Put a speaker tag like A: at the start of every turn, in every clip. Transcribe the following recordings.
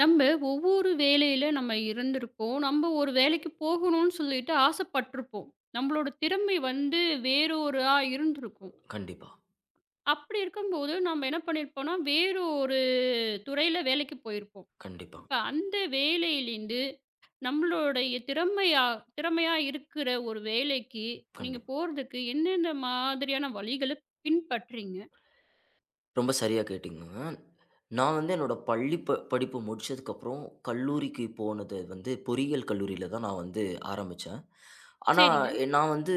A: நம்ம ஒவ்வொரு வேலையில நம்ம இருந்திருப்போம். நம்ம ஒரு வேலைக்கு போகணும்னு சொல்லிட்டு ஆசைப்பட்டுருப்போம். நம்மளோட திறமை வந்து வேறொரா இருந்திருக்கும்.
B: கண்டிப்பா,
A: அப்படி இருக்கும்போது நம்ம என்ன பண்ணியிருப்போம்னா, வேறு ஒரு துறையில வேலைக்கு போயிருப்போம்.
B: கண்டிப்பா,
A: இப்ப அந்த வேலையிலேருந்து நம்மளுடைய திறமையா திறமையா இருக்கிற ஒரு வேலைக்கு நீங்க
B: கண்டிப்பா.
A: போறதுக்கு என்னென்ன மாதிரியான வழிகள பின்பற்றீங்க?
B: ரொம்ப சரியா கேட்டீங்கங்க. நான் வந்து என்னோட பள்ளி படிப்பு முடிச்சதுக்கப்புறம் கல்லூரிக்கு போனது வந்து பொறியியல் கல்லூரியில தான் நான் வந்து ஆரம்பிச்சேன். ஆனா,
A: சரிங்க.
B: நான் வந்து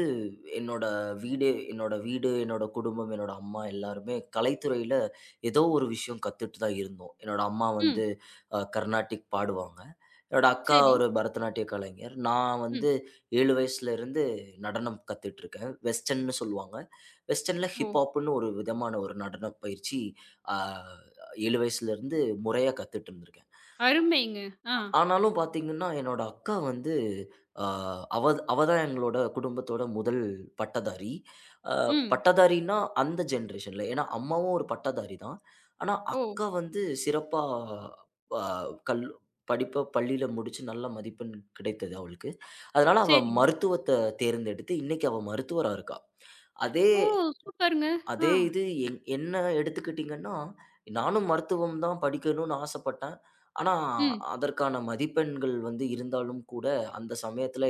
B: என்னோட என்னோட வீடு, என்னோட குடும்பம், என்னோட அம்மா எல்லாருமே கலைத்துறையில ஏதோ ஒரு விஷயம் கத்துட்டு தான் இருந்தோம். என்னோட அம்மா வந்து
A: ம்.
B: கர்நாடிக் பாடுவாங்க. என்னோட அக்கா
A: சரி.
B: ஒரு பரதநாட்டிய கலைஞர். நான்
A: ம்.
B: வந்து 7 வயசுலேருந்து நடனம் கத்துட்டுருக்கேன். வெஸ்டர்ன்னு சொல்லுவாங்க. வெஸ்டர்ன்ல
A: ஓ!
B: ஹிப்ஹாப்ன்னு ஒரு விதமான ஒரு நடனப் பயிற்சி. ஆ 7 வயசுலேருந்து முறையா கத்துட்டு இருந்திருக்கேன்.
A: அருமைங்க. ஆ.
B: ஆனாலும் பார்த்தீங்கன்னா, என்னோட அக்கா வந்து, ஆ அவ அவ தான் எங்களோட குடும்பத்தோட முதல் பட்டதாரி. அ
A: ம்.
B: பட்டதாரின்னா அந்த ஜெனரேஷன்ல. ஏன்னா அம்மாவும் ஒரு பட்டதாரி தான். ஆனா
A: ஓ!
B: அக்கா வந்து சிறப்பா அ கல் படிப்ப பள்ளியில முடிச்சு நல்ல மதிப்பெண் கிடைத்தது அவளுக்கு. அதனால அவ
A: சரி.
B: மருத்துவத்த தேர்ந்தெடுத்து இன்னைக்கு அவ மருத்துவரா இருக்கா. அதே
A: ஓ! சூப்பருங்க. ஆ.
B: அதே இது என்ன எடுத்துக்கிட்டீங்கன்னா, நானும் மருத்துவம் தான் படிக்கணும்னு ஆசைப்பட்டேன். ஆனா,
A: ம்.
B: அதற்கான மதிப்பெண்கள் வந்து இருந்தாலும் கூட, அந்த சமயத்துல,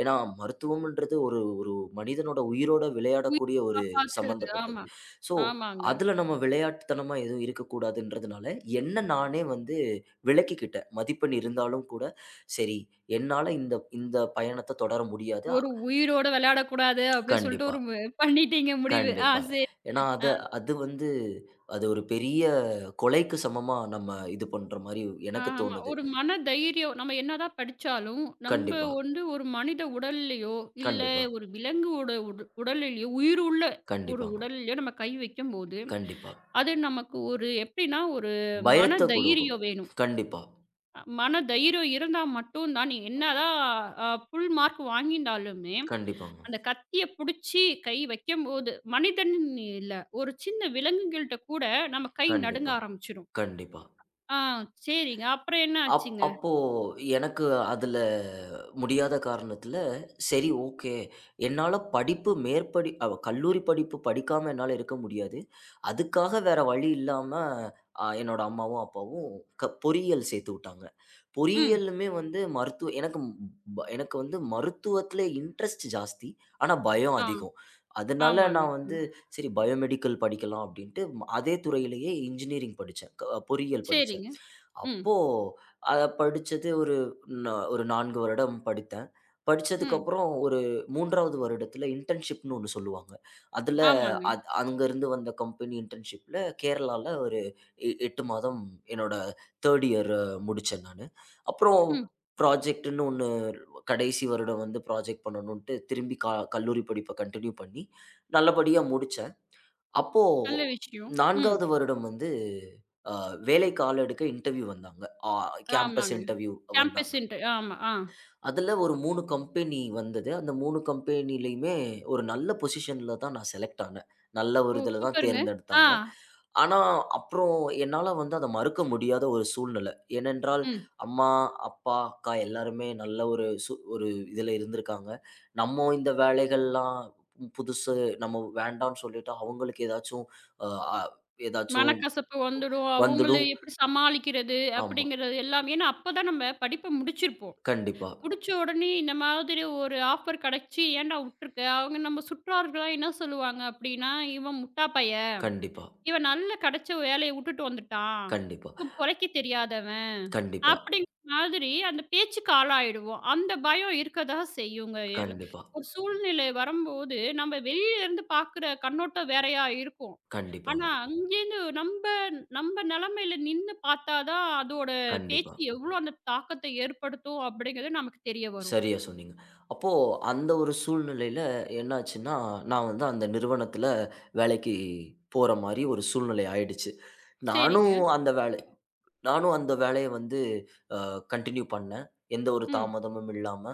B: ஏன்னா, மருத்துவம்ன்றது ஒரு ஒரு மனிதனோட உயிரோட
A: உயிர்
B: விளையாடக்கூடிய ஒரு
A: காப்பாத்துறது.
B: சம்மந்தப்பட்டது.
A: ஆமா.
B: ஸோ,
A: ஆமாங்க.
B: அதுல நம்ம விளையாட்டுத்தனமா எதுவும் இருக்கக்கூடாதுன்றதுனால, என்ன நானே வந்து விலக்கிக்கிட்டேன். மதிப்பெண் இருந்தாலும் கூட, சரி, என்னால இந்த இந்த பயணத்த தொடர முடியாது.
A: ஒரு உயிரோட விளையாடக்கூடாது அப்டின்னு சொல்லிட்டு
B: கண்டிப்பா.
A: ஒரு மு பண்ணிட்டீங்க முடிவு. ஆ,
B: கண்டிப்பா.
A: சரி.
B: ஏன்னா, அது அது வந்து அது ஒரு பெரிய கொலைக்கு சமமா நம்ம இது பண்ற மாரி எனக்கு
A: ஆமா.
B: தோணுது.
A: ஒரு மன தைரியம் நம்ம என்னதான் படிச்சாலும், நம்ப
B: கண்டிப்பா,
A: வந்து ஒரு மனித உடல்லயோ, இல்ல
B: கண்டிப்பா,
A: ஒரு விலங்குவோட உடல்லையோ, உயிருள்ள ஒரு
B: கண்டிப்பாங்க.
A: உடல்லயோ நம்ம கை வைக்கும்போது,
B: கண்டிப்பா.
A: அது நமக்கு ஒரு எப்டின்னா ஒரு மன
B: பயத்த குடுக்கும்.
A: தைரியம் வேணும்.
B: கண்டிப்பா,
A: மன தைரியம் இருந்தா மட்டும் தான் நீ என்னதான் ஃபுல் மார்க் வாங்கியிருந்தாலுமே
B: கண்டிப்பாங்க.
A: அந்த கத்திய புடிச்சு கை வைக்கும்போது, மனிதன் இல்ல. ஒரு சின்ன விலங்குகள்ட்ட கூட நம்ம கை நடுங்க
B: கண்டிப்பா,
A: ஆரம்பிச்சுடும்.
B: கண்டிப்பா.
A: ஆ, சரிங்க. அப்புறம் என்ன ஆச்சுங்க?
B: அப்போ எனக்கு அதுல முடியாத காரணத்தில, சரி, ஓகே. என்னால படிப்பு மேற்படி அவ கல்லூரி படிப்பு படிக்காம என்னால இருக்க முடியாது. அதுக்காக வேற வழி இல்லாம, என்னோட அம்மாவும், அப்பாவும் பொறியியல் சேர்த்து விட்டாங்க.
A: ம்.
B: பொறியியலுமே வந்து மருத்துவ எனக்கு ம் ப எனக்கு வந்து மருத்துவத்தில இன்ட்ரெஸ்ட் ஜாஸ்தி. ஆனா பயம்
A: ஆ.
B: அதிகம். அதனால
A: ஆமாங்க.
B: நான் வந்து
A: ம்.
B: சரி பயோமெடிக்கல் படிக்கலாம் அப்படின்ட்டு, அதே துறையிலேயே இன்ஜினியரிங் படிச்சேன். பொறியியல் படிச்சேன்.
A: சரிங்க. ம்.
B: அப்போ அத படிச்சது ஒரு 4 வருடம் படித்தேன்.
A: ம்.
B: படிச்சதுக்கப்புறம் ஒரு 3வது வருடத்துல இன்டர்ன்ஷிப்ன்னு ஒண்ணு சொல்லுவாங்க. அதுல
A: ஆமாங்க.
B: அங்கருந்து வந்த கம்பெனி இன்டர்ன்ஷிப்ல, கேரளால, ஒரு 8 மாதம் என்னோட 3rd year முடிச்சேன் நானு. அப்புறம்
A: ம்.
B: ப்ராஜெக்ட்ன்னு ஒண்ணு கடைசி வருடம் வந்து ப்ராஜெக்ட் பண்ணணுன்ட்டு திரும்பி கல்லூரி படிப்ப கன்டின்யூ பண்ணி நல்லபடியா முடிச்சேன். அப்போ
A: நல்ல விஷயம். ம்.
B: 4வது வருடம் வந்து அ வேலைக்கு ஆள் எடுக்க இன்டர்வியூ வந்தாங்க. ஆ கேம்பஸ்
A: ஆமாங்க.
B: இன்டர்வியூ வந்தாங்க.
A: கேம்பஸ் இன்டர் ஆமா. ஆ.
B: அதுல ஒரு 3 கம்பெனி வந்தது. அந்த 3 கம்பெனிலயுமே ஒரு நல்ல பொசிஷன்ல தான் நான் செலக்ட் ஆனேன். நல்ல ஒரு
A: ஓ!
B: இதுல தான்
A: சூப்பருங்க. ஆ.
B: தேர்ந்தெடுத்தாங்க. ஆனா, அப்புறம் என்னால வந்து அத மறுக்க முடியாத ஒரு சூழ்நிலை. ஏனென்றால்,
A: ம்.
B: அம்மா, அப்பா, அக்கா எல்லாருமே நல்ல ஒரு இதுல இருந்திருக்காங்க. நம்ம இந்த வேலைகள்லாம் புதுசு, நம்ம வேண்டான்னு சொல்லிட்டா, அவங்களுக்கு ஏதாச்சும், அ அ ஏதாச்சும்
A: மனக்கசப்பு வந்துடும். அவங்கள
B: வந்துடும்.
A: எப்படி சமாளிக்கிறது
B: ஆமா.
A: அப்படிங்கிறது எல்லாமே, ஏன்னா அப்பதான் நம்ம படிப்ப முடிச்சிருப்போம்.
B: கண்டிப்பா,
A: முடிச்ச உடனே இந்த மாதிரி ஒரு ஆஃபர் கிடைச்சு ஏன்டா விட்டுருக்க அவங்க, நம்ம சுற்றார்கள்லாம் என்ன சொல்லுவாங்க அப்படின்னா, இவன் முட்டா பையன்,
B: கண்டிப்பா,
A: இவன் நல்ல கிடைச்ச வேலையை விட்டுட்டு வந்துட்டான்,
B: கண்டிப்பா,
A: இவன் குறைக்க தெரியாதவன்,
B: கண்டிப்பா,
A: அப்படிங்கிற மாதிரி அந்த பேச்சுக்கு ஆளாயிடுவோம். அந்த பயம் இருக்கதா செய்யுங்க எல்லா-
B: கண்டிப்பா,
A: ஒரு சூழ்நிலை வரும்போது நம்ம வெளியில இருந்து பாக்குற கண்ணோட்டம் வேறையா இருக்கும். ஆனா
B: கண்டிப்பாங்க.
A: அங்கேருந்து நம்ம நம்ம நிலைமையில நின்று பார்த்தாதான் அதோட
B: கண்டிப்பா.
A: பேச்சு எவ்வளவு அந்த தாக்கத்தை ஏற்படுத்தும் அப்படிங்கிறது நமக்கு தெரிய வரும்.
B: சரியா சொன்னீங்க. அப்போ அந்த ஒரு சூழ்நிலையில என்ன ஆச்சுன்னா, நான் வந்து அந்த நிறுவனத்தில வேலைக்கு போற மாரி ஒரு சூழ்நிலை ஆயிடுச்சு. நானும்
A: சரிங்க.
B: அந்த வேலை நானும் அந்த வேலைய வந்து அ கன்டின்யூ பண்ணேன். எந்த ஒரு
A: ம்.
B: தாமதமும் இல்லாம.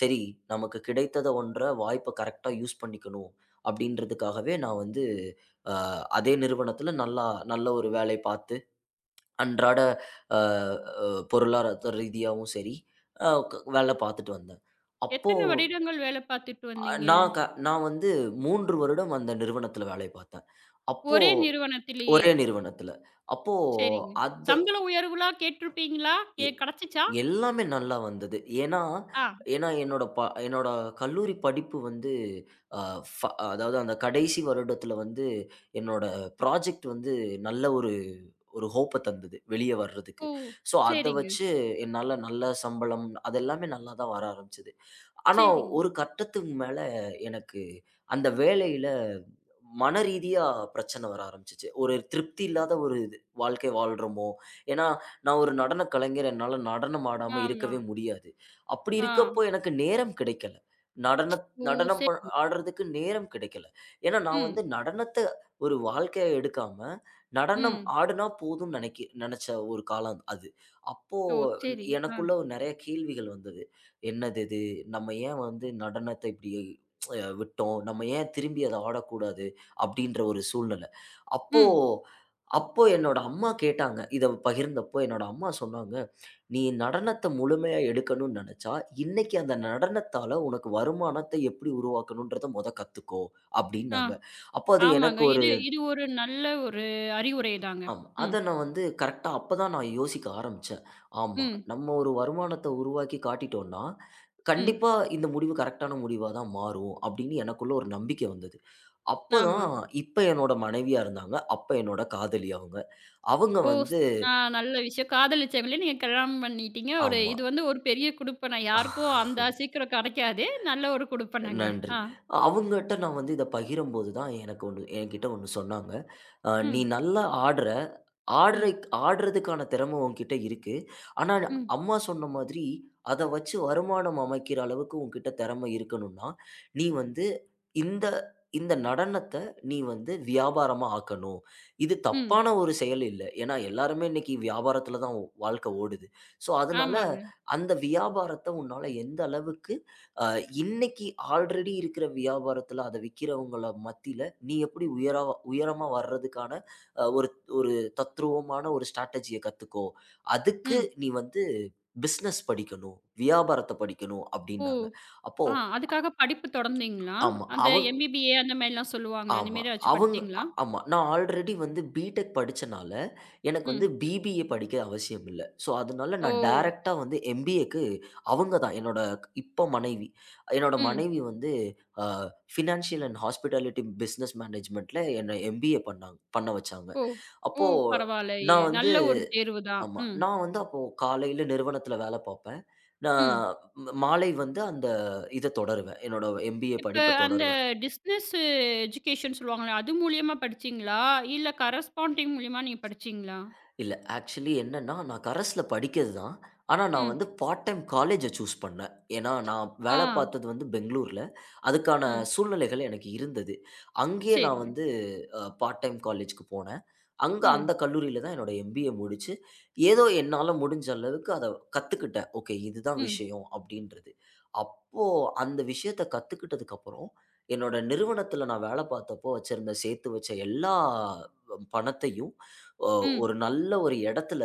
B: சரி, நமக்கு கிடைத்தத ஒன்ற வாய்ப்ப கரெக்ட்டா யூஸ் பண்ணிக்கணும். அப்படின்றதுக்காகவே நான் வந்து அ அதே நிறுவனத்தில நல்லா நல்ல ஒரு வேலை பார்த்து, அன்றாட, அ அ பொருளாதார ரீதியாவும் சரி, அ க வேல பார்த்துட்டு வந்தேன். அப்போ
A: எத்தன வருடங்கள் வேலை பார்த்துட்டு வந்தீங்க?
B: நான் க நான் வந்து 3 வருடம் அந்த நிறுவனத்தில வேலை பார்த்தேன். அப்போ
A: ஒரே நிறுவனத்திலேயே.
B: ஒரே நிறுவனத்தில. அப்போ
A: சரிங்க.
B: அந்த
A: சம்பள உயர்வுலாம் கேட்டிருப்பீங்களா?
B: எ
A: கிடைச்சுச்சா?
B: எல்லாமே நல்லா வந்தது. ஏன்னா
A: ஆ.
B: ஏன்னா என்னோட கல்லூரி படிப்பு வந்து, அ ஃப அதாவது, அந்த கடைசி வருடத்துல வந்து என்னோட ப்ராஜெக்ட் வந்து நல்ல ஒரு ஒரு ஹோப்ப தந்தது, வெளிய வர்றதுக்கு.
A: ஓ!
B: ஸோ அத
A: சரிங்க,
B: வச்சு என்னால நல்ல சம்பளம் அது எல்லாமே நல்லா தான் வர ஆரம்பிச்சது. ஆனா
A: சரிங்க.
B: ஒரு கட்டத்துக்கு மேல எனக்கு அந்த வேலையில மன ரீதியா பிரச்சனை வர ஆரம்பிச்சுச்சு. ஒரு திருப்தி இல்லாத ஒரு இது வாழ்க்கை வாழ்றோமோ! ஏன்னா, நான் ஒரு நடன கலைஞர். என்னால நடனம் ஆடாம
A: ஆமா.
B: இருக்கவே முடியாது. அப்படி
A: ஆ.
B: இருக்கப்போ எனக்கு நேரம் கிடைக்கல. நடன
A: ஓ!
B: நடனம்
A: சரிங்க.
B: ஆடுறதுக்கு நேரம் கிடைக்கல. ஏன்னா, நான் வந்து
A: ம்,
B: நடனத்த ஒரு வாழ்க்கையா எடுக்காம, நடனம்
A: ம்.
B: ஆடுனா போதும்னு நெனச்ச ஒரு காலம் அது. அப்போ
A: ஓ! சரி. ஆ.
B: எனக்குள்ள நெறைய கேள்விகள் வந்தது. "என்னது இது? நம்ம ஏன் வந்து நடனத்த இப்படி விட்டோம்? நம்ம ஏன் திரும்பி அத ஆடக்கூடாது?" அப்படின்ற ஒரு சூழ்நிலை. அப்போ
A: ம்.
B: அப்போ என்னோட அம்மா கேட்டாங்க. இத பகிர்ந்தப்போ என்னோட அம்மா சொன்னாங்க, "நீ நடனத்த முழுமையா எடுக்கணும்னு நெனச்சா, இன்னைக்கு அந்த நடனத்தால உனக்கு வருமானத்த எப்படி உருவாக்கணும்ன்றத மொத கத்துக்கோ"
A: ஆ.
B: அப்படின்னாங்க. அப்போ அது எனக்கு
A: ஆமாங்க. இது இது ஒரு நல்ல ஒரு அறிவுரை தாங்க.
B: ஆமா.
A: ம்,
B: அத நான் வந்து கரெக்ட்டா அப்ப தான் நான் யோசிக்க ஆரம்பிச்சேன். ஆமா,
A: ம்,
B: நம்ம ஒரு வருமானத்த உருவாக்கி காட்டிட்டோம்னா,
A: ம்.
B: கண்டிப்பா இந்த முடிவு கரெக்ட்டான முடிவா தான் மாறும் அப்படின்னு எனக்குள்ள ஒரு நம்பிக்கை வந்தது.
A: ஆமா.
B: அப்பதான், இப்ப என்னோட மனைவியா இருந்தாங்க, அப்ப என்னோட காதலி அவங்க, அவங்க
A: ஓ!
B: வந்து.
A: ஆ, நல்ல விஷயம். காதலிச்சவங்கள நீங்க கல்யாணம் பண்ணிட்டீங்க. ஒரு
B: ஆமா.
A: இது வந்து ஒரு பெரிய குடுப்பன. யாருக்கும் அந்த சீக்கிரம் கெடைக்காது. நல்ல ஒரு குடுப்பனங்க.
B: நன்றி.
A: ஆ.
B: அவங்கட்ட நான் வந்து இத பகிரும்போது தான் எனக்கு என்கிட்ட ஒண்ணு சொன்னாங்க. "நீ
A: ம்.
B: நல்லா ஆடுற.
A: ம்.
B: ஆடுறதுக்கான திறமை உன்கிட்ட இருக்கு. ஆனா,
A: ம்.
B: அம்மா சொன்ன மாதிரி, அத வச்சு வருமானம் அமைக்கிற அளவுக்கு உன்கிட்ட திறமை இருக்கணும்னா, நீ வந்து இந்த இந்த நடனத்த நீ வந்து வியாபாரமா ஆக்கணும். இது
A: ம்.
B: தப்பான ஒரு செயல் இல்ல. ஏன்னா எல்லாருமே இன்னைக்கு வியாபாரத்துல தான் வாழ்க்கை ஓடுது. ஸோ அதனால
A: ஆமாங்க.
B: அந்த வியாபாரத்த உன்னால எந்த அளவுக்கு, அ இன்னைக்கு ஆல்ரெடி இருக்கிற வியாபாரத்துல அத விக்கிறவங்கள மத்தியில நீ எப்படி உயரமா வர்றதுக்கான ஒரு ஒரு தத்ரூவமான ஒரு ஸ்ட்ராட்டஜிய கத்துக்கோ. அதுக்கு
A: ம்.
B: நீ வந்து பிசினஸ் படிக்கணும். வியாபாரத்த படிக்கணும்"
A: ஓ!
B: அப்டின்னாங்க. அப்போ,
A: ஆ, அதுக்காக படிப்பு தொடர்ந்தீங்களா?
B: ஆமா.
A: அந்த எம்பிபிஏ அந்த மாரிலாம் சொல்லுவாங்களே, அந்த
B: ஆமா.
A: மாரி ஏதாச்சும்
B: அவங்க
A: படிச்சீங்களா?
B: ஆமா. நான் ஆல்ரெடி வந்து பிடெக் படிச்சனால, எனக்கு வந்து
A: ம்.
B: பிபிஏ படிக்க அவசியம் இல்ல. ஸோ, அதனால
A: ஓ!
B: நான் டைரக்ட்டா வந்து எம்பிஏக்கு. அவங்க தான் என்னோட இப்போ மனைவி. என்னோட
A: ம்.
B: மனைவி வந்து அ ஃபினான்ஷியல் அண்ட் ஹாஸ்பிட்டாலிட்டி பிசினஸ் மேனேஜ்மென்ட்ல என்ன எம்பிஏ பண்ண வச்சாங்க.
A: ஓ! ஓ!
B: அப்போ
A: பரவாயில்லயே!
B: நான் வந்து.
A: நல்ல ஒரு தேர்வு தான்.
B: ஆமா.
A: ம்.
B: நான் வந்து அப்போ காலையில நிறுவனத்தில வேல பார்ப்பேன். நான்
A: ம்.
B: மாலை வந்து அந்த இத தொடருவேன். என்னோட எம்பிஏ
A: இப்ப
B: படிப்ப
A: அந்த
B: தொடருவேன்.
A: டிஸ்னஸ் எஜுகேஷன் சொல்லுவாங்களே, அது மூலியமா படிச்சீங்களா? இல்ல கரஸ்பாண்டிங் மூலியமா நீங்க படிச்சீங்களா?
B: இல்ல. ஆக்சுவலி என்னன்னா, நான் கரஸ்ல படிக்கிறது தான். ஆனா, நான்
A: ம்.
B: வந்து பார்ட் டைம் காலேஜ சூஸ் பண்ணேன். ஏன்னா, நான் வேலை
A: ஆ.
B: பார்த்தது வந்து பெங்களூர்ல. அதுக்கான
A: ம்.
B: சூழ்நிலைகள் எனக்கு இருந்தது. அங்கேயே நான்
A: சரிங்க.
B: வந்து பார்ட் டைம் காலேஜ்க்கு போனேன். அங்க
A: ம்.
B: அந்த கல்லூரியில தான் என்னோட எம்பிஏ முடிச்சு, ஏதோ என்னால முடிஞ்ச அளவுக்கு அத கத்துக்கிட்டேன். ஓகே, இதுதான்
A: ம்.
B: விஷயம் அப்படின்றது. அப்போ அந்த விஷயத்த கத்துக்கிட்டதுக்கப்புறம், என்னோட நிறுவனத்தில நான் வேலை பார்த்தப்போ வச்சிருந்த சேர்த்து வச்ச எல்லா பணத்தையும், அ
A: ம்.
B: ஒரு நல்ல ஒரு இடத்துல.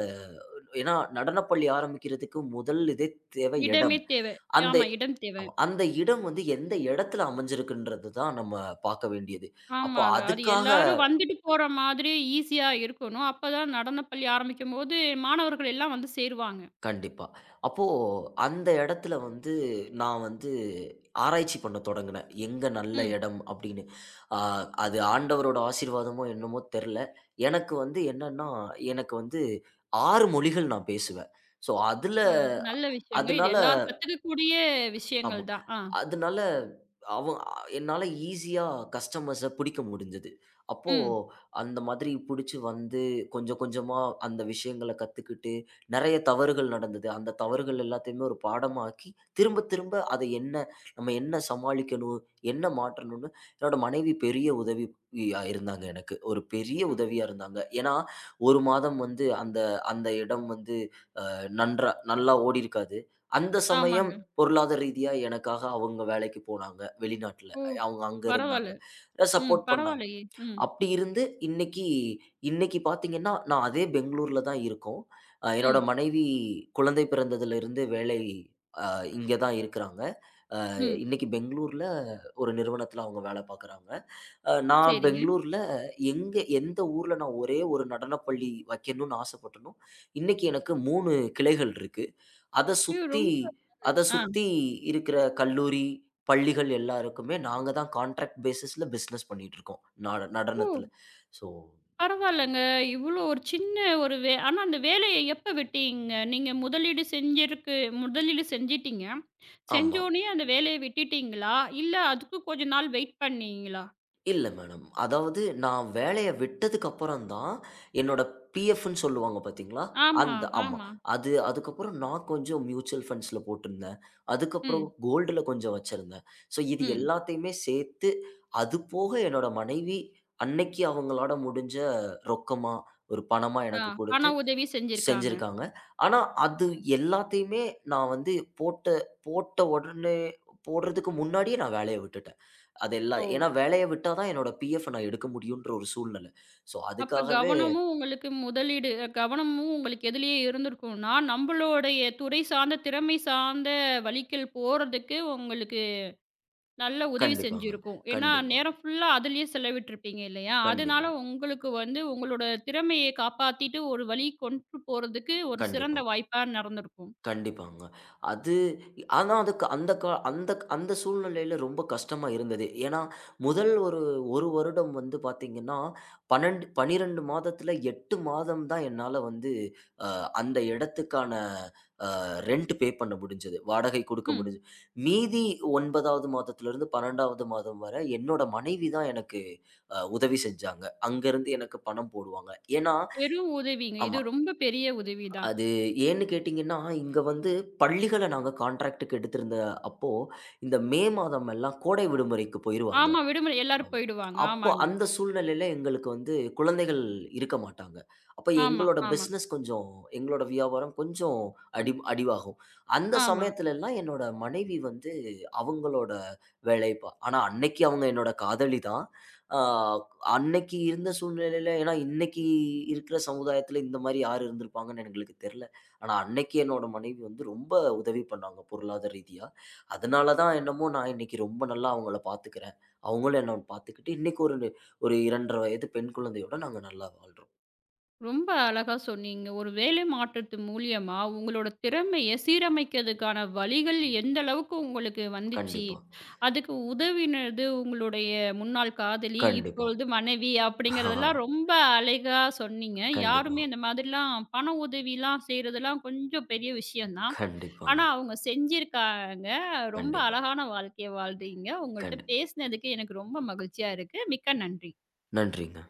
B: ஏன்னா நடனப் பள்ளி ஆரம்பிக்கிறதுக்கு முதல் இதே தேவை இடம்.
A: இடமே தேவ.
B: அந்த.
A: ஆமா, இடம் தேவ.
B: ஆமா. அந்த இடம் வந்து எந்த இடத்துல அமைஞ்சிருக்குன்றது தான் நம்ம பார்க்க வேண்டியது. அப்போ
A: ஆமாங்க. அது
B: அதுக்காக.
A: எல்லாரும் வந்துட்டு போற மாதிரி ஈஸியா இருக்கணும். அப்பதான் நடன பள்ளி ஆரம்பிக்கும்போது, மாணவர்கள் எல்லாம் வந்து சேருவாங்க.
B: கண்டிப்பா. அப்போ அந்த இடத்துல வந்து நான் வந்து ஆராய்ச்சி பண்ண தொடங்குனேன். எங்க நல்ல
A: ம்.
B: இடம் அப்படின்னு. ஆ அது ஆண்டவரோட ஆசீர்வாதமோ என்னமோ தெர்ல. எனக்கு வந்து என்னன்னா, எனக்கு வந்து 6 மொழிகள் நான் பேசுவேன். ஸோ
A: அ நல்ல விஷயங்க. இது
B: அதனால.
A: எல்லாரும் கத்துக்கக்கூடிய
B: ஆமா.
A: விஷயங்கள் தான். ஆ.
B: அதனால அவன் என்னால ஈஸியா கஸ்டமர்ஸ புடிக்க முடிஞ்சது. அப்போ
A: ம்.
B: அந்த மாதிரி புடிச்சு வந்து கொஞ்சம் கொஞ்சமா அந்த விஷயங்கள கத்துக்கிட்டு, நெறைய தவறுகள் நடந்தது. அந்த தவறுகள் எல்லாத்தையுமே ஒரு பாடமாக்கி, திரும்ப திரும்ப அத என்ன, நம்ம என்ன சமாளிக்கணும்? என்ன மாற்றணும்னு என்னோட மனைவி பெரிய உதவி யா இருந்தாங்க எனக்கு. ஒரு பெரிய
A: ம்.
B: உதவியா இருந்தாங்க. ஏன்னா, 1 மாதம் வந்து அந்த அந்த இடம் வந்து நல்லா ஓடியிருக்காது. அந்த சமயம்
A: ஆமாங்க.
B: பொருளாதார ரீதியா எனக்காக அவங்க வேலைக்கு போனாங்க வெளிநாட்ல.
A: ஓ!
B: அவங்க அங்க இருந்தாங்க.
A: பரவால்ல. ம்.
B: சப்போர்ட் பண்ணாங்க.
A: பரவால்லையே! ம்.
B: அப்படி இருந்து இன்னைக்கு, இன்னைக்கு பார்த்தீங்கன்னா, நான் அதே பெங்களூர்ல தான் இருக்கோம். என்னோட
A: ம்.
B: மனைவி குழந்தை பிறந்ததிலிருந்து வேலை அ இங்க தான் இருக்கிறாங்க. அ
A: ம்.
B: இன்னைக்கு பெங்களூர்ல ஒரு நிறுவனத்தில அவங்க வேலை பார்க்குறாங்க. நான்
A: சரிங்க.
B: பெங்களூர்ல, எங்க எந்த ஊர்ல நான் ஒரே ஒரு நடனப்பள்ளி வைக்கணும்னு ஆசைப்பட்டேனோ, இன்னைக்கு எனக்கு 3 கிளைகள் இருக்கு. அத
A: ஐயோ!
B: சுத்தி
A: ரொம்ப
B: அத
A: ஆ,
B: சுத்தி இருக்கிற கல்லூரி, பள்ளிகள் எல்லாருக்குமே நாங்க தான் கான்ட்ராக்ட் பேசிஸ்ல பிசினஸ் பண்ணிட்டு இருக்கோம். நடனத்தில. ஸோ.
A: பரவால்லங்க. இவ்ளோ ஒரு சின்ன ஒரு ஆனா அந்த வேலைய எப்ப விட்டீங்க? நீங்க முதலீடு செஞ்சிருக்கு முதலீடு செஞ்சிட்டீங்க.
B: ஆமா.
A: செஞ்சோனயே அந்த வேலைய விட்டுட்டீங்களா? இல்ல அதுக்கு கொஞ்ச நாள் வெயிட் பண்ணீங்களா?
B: இல்ல மேடம். அதாவது நான் வேலைய விட்டதுக்கு அப்புறம் தான், என்னோட பிஎஃப்ன்னு சொல்லுவாங்க பார்த்தீங்களா?
A: ஆமா,
B: அந்த, ஆமா.
A: ஆமா.
B: அதுக்கப்புறம் நான் கொஞ்சம் மியூச்சுவல் ஃபண்ட்ஸ்ல போட்டிருந்தேன். அதுக்கப்புறம்
A: ம்,
B: கோல்டுல கொஞ்சம் வச்சிருந்தேன். ஸோ இது
A: ம்.
B: எல்லாத்தையுமே சேர்த்து, அது போக என்னோட மனைவி அன்னைக்கு அவங்களால முடிஞ்ச ரொக்கமா, ஒரு பணமா
A: ஆ,
B: எனக்கு குடுத்து
A: பண உதவி செஞ்சிருக்காங்க.
B: செஞ்சிருக்காங்க. ஆனா, அது எல்லாத்தையுமே நான் வந்து போட்ட போட்ட உடனே, போடுறதுக்கு முன்னாடியே நான் வேலைய விட்டுட்டேன். அது
A: ஓ!
B: எல்லாம் ஏன்னா வேலைய விட்டா தான் என்னோட பிஎஃப் நான் எடுக்க முடியுன்ற ஒரு சூழ்நிலை. ஸோ
A: அப்ப
B: அதுக்காகவே.
A: கவனமும் உங்களுக்கு கவனமும் உங்களுக்கு எதிலேயே இருந்திருக்கும்னா, நம்பளுடைய துறை சார்ந்த, திறமை சார்ந்த வழிக்கில் போறதுக்கு உங்களுக்கு நல்ல உதவி
B: கண்டிப்பாங்க.
A: செஞ்சிருக்கும். ஏன்னா,
B: கண்டிப்பா,
A: நேரம் ஃபுல்லா அதிலயே செலவிட்டுருப்பீங்க இல்லையா?
B: கண்டிப்பா,
A: அதனால உங்களுக்கு வந்து உங்களோட திறமைய காப்பாத்திட்டு ஒரு வழி கொண்டு போறதுக்கு ஒரு
B: கண்டிப்பா,
A: சிறந்த வாய்ப்பா நடந்திருக்கும்.
B: கண்டிப்பாங்க. அது ஆனா அதுக்கு அந்த கா அந்த அந்த சூழ்நிலையில ரொம்ப கஷ்டமா இருந்தது. ஏன்னா முதல் ஒரு 1 வருடம் வந்து பார்த்தீங்கன்னா, 12 மாதத்துல 8 மாதம் தான் என்னால வந்து அ அந்த இடத்துக்கான ரென்ட் பே பண்ண முடிஞ்சது. வாடகை குடுக்க
A: ம்.
B: முடிஞ்சது. மீதி 9வது மாதத்திலிருந்து 12வது மாதம் வரை என்னோட மனைவி தான் எனக்கு உதவி செஞ்சாங்க. அங்கருந்து எனக்கு பணம் போடுவாங்க. ஏன்னா.
A: பெரும் உதவிங்க.
B: ஆமா.
A: இது ரொம்ப பெரிய உதவி தான்.
B: அது ஏன்னு கேட்டீங்கன்னா, இங்க வந்து பள்ளிகள நாங்க கான்ட்ராக்ட்க்கு எடுத்திருந்த அப்போ, இந்த மே மாதம் எல்லாம் கோடை விடுமுறைக்கு போயிருவாங்க.
A: ஆமா. விடுமுறை எல்லாரும்
B: ஆமா.
A: போயிடுவாங்க.
B: அப்போ
A: ஆமாங்க.
B: அந்த சூழ்நிலையில எங்களுக்கு வந்து குழந்தைகள் இருக்க மாட்டாங்க. அப்ப
A: ஆமா,
B: எங்களோட
A: ஆமா.
B: பிசினஸ் கொஞ்சம், எங்களோட வியாபாரம் கொஞ்சம்
A: ஒன்
B: அடிவாகும். அந்த
A: ஆமா.
B: சமயத்துலலாம் என்னோட மனைவி வந்து அவங்களோட ஆனா அன்னைக்கு அவங்க என்னோட காதலி தான். ஆ அன்னைக்கு இருந்த சூழ்நிலையில, ஏன்னா இன்னைக்கு இருக்கிற சமுதாயத்துல இந்த மாரி யார் இருந்திருப்பாங்கன்னு எங்களுக்கு தெரியல. ஆனா அன்னைக்கு என்னோட மனைவி வந்து ரொம்ப உதவி பண்ணாங்க பொருளாதார ரீதியா. அதனால தான் என்னமோ நான் இன்னைக்கு ரொம்ப நல்லா அவங்கள பாத்துக்கிறேன். அவங்களும் என்னன்னு பார்த்துக்கிட்டு, இன்னைக்கு ஒரு ஒரு 2 1/2 வயது பெண் குழந்தையோட நாங்க நல்லா வாழ்றோம்.
A: ரொம்ப அழகா சொன்னீங்க. ஒரு வேலை மாற்றத்து மூலியமா உங்களோட திறமைய சீரமைக்கிறதுக்கான வழிகள் எந்த அளவுக்கு உங்களுக்கு வந்துச்சு?
B: கண்டிப்பா,
A: அதுக்கு உதவினது உங்களுடைய முன்னாள் காதலி,
B: கண்டிப்பா.
A: இப்பொழுது மனைவி
B: ஆஹா,
A: அப்படிங்கிறதெல்லாம் ரொம்ப அழகா சொன்னீங்க.
B: கண்டிப்பா,
A: யாருமே இந்த மாதிரிலாம் பண உதவிலாம் செய்றதெல்லாம் கொஞ்சம் பெரிய விஷயம் தான். ஆனா
B: கண்டிப்பாங்க,
A: அவங்க செஞ்சிருக்காங்க. ரொம்ப
B: கண்டிப்பா.
A: அழகான வாழ்க்கைய வாழ்றீங்க. உங்கள்ட்ட
B: கண்டிப்
A: பேசினதுக்கு எனக்கு ரொம்ப மகிழ்ச்சியா இருக்கு. மிக்க நன்றி.
B: நன்றிங்க.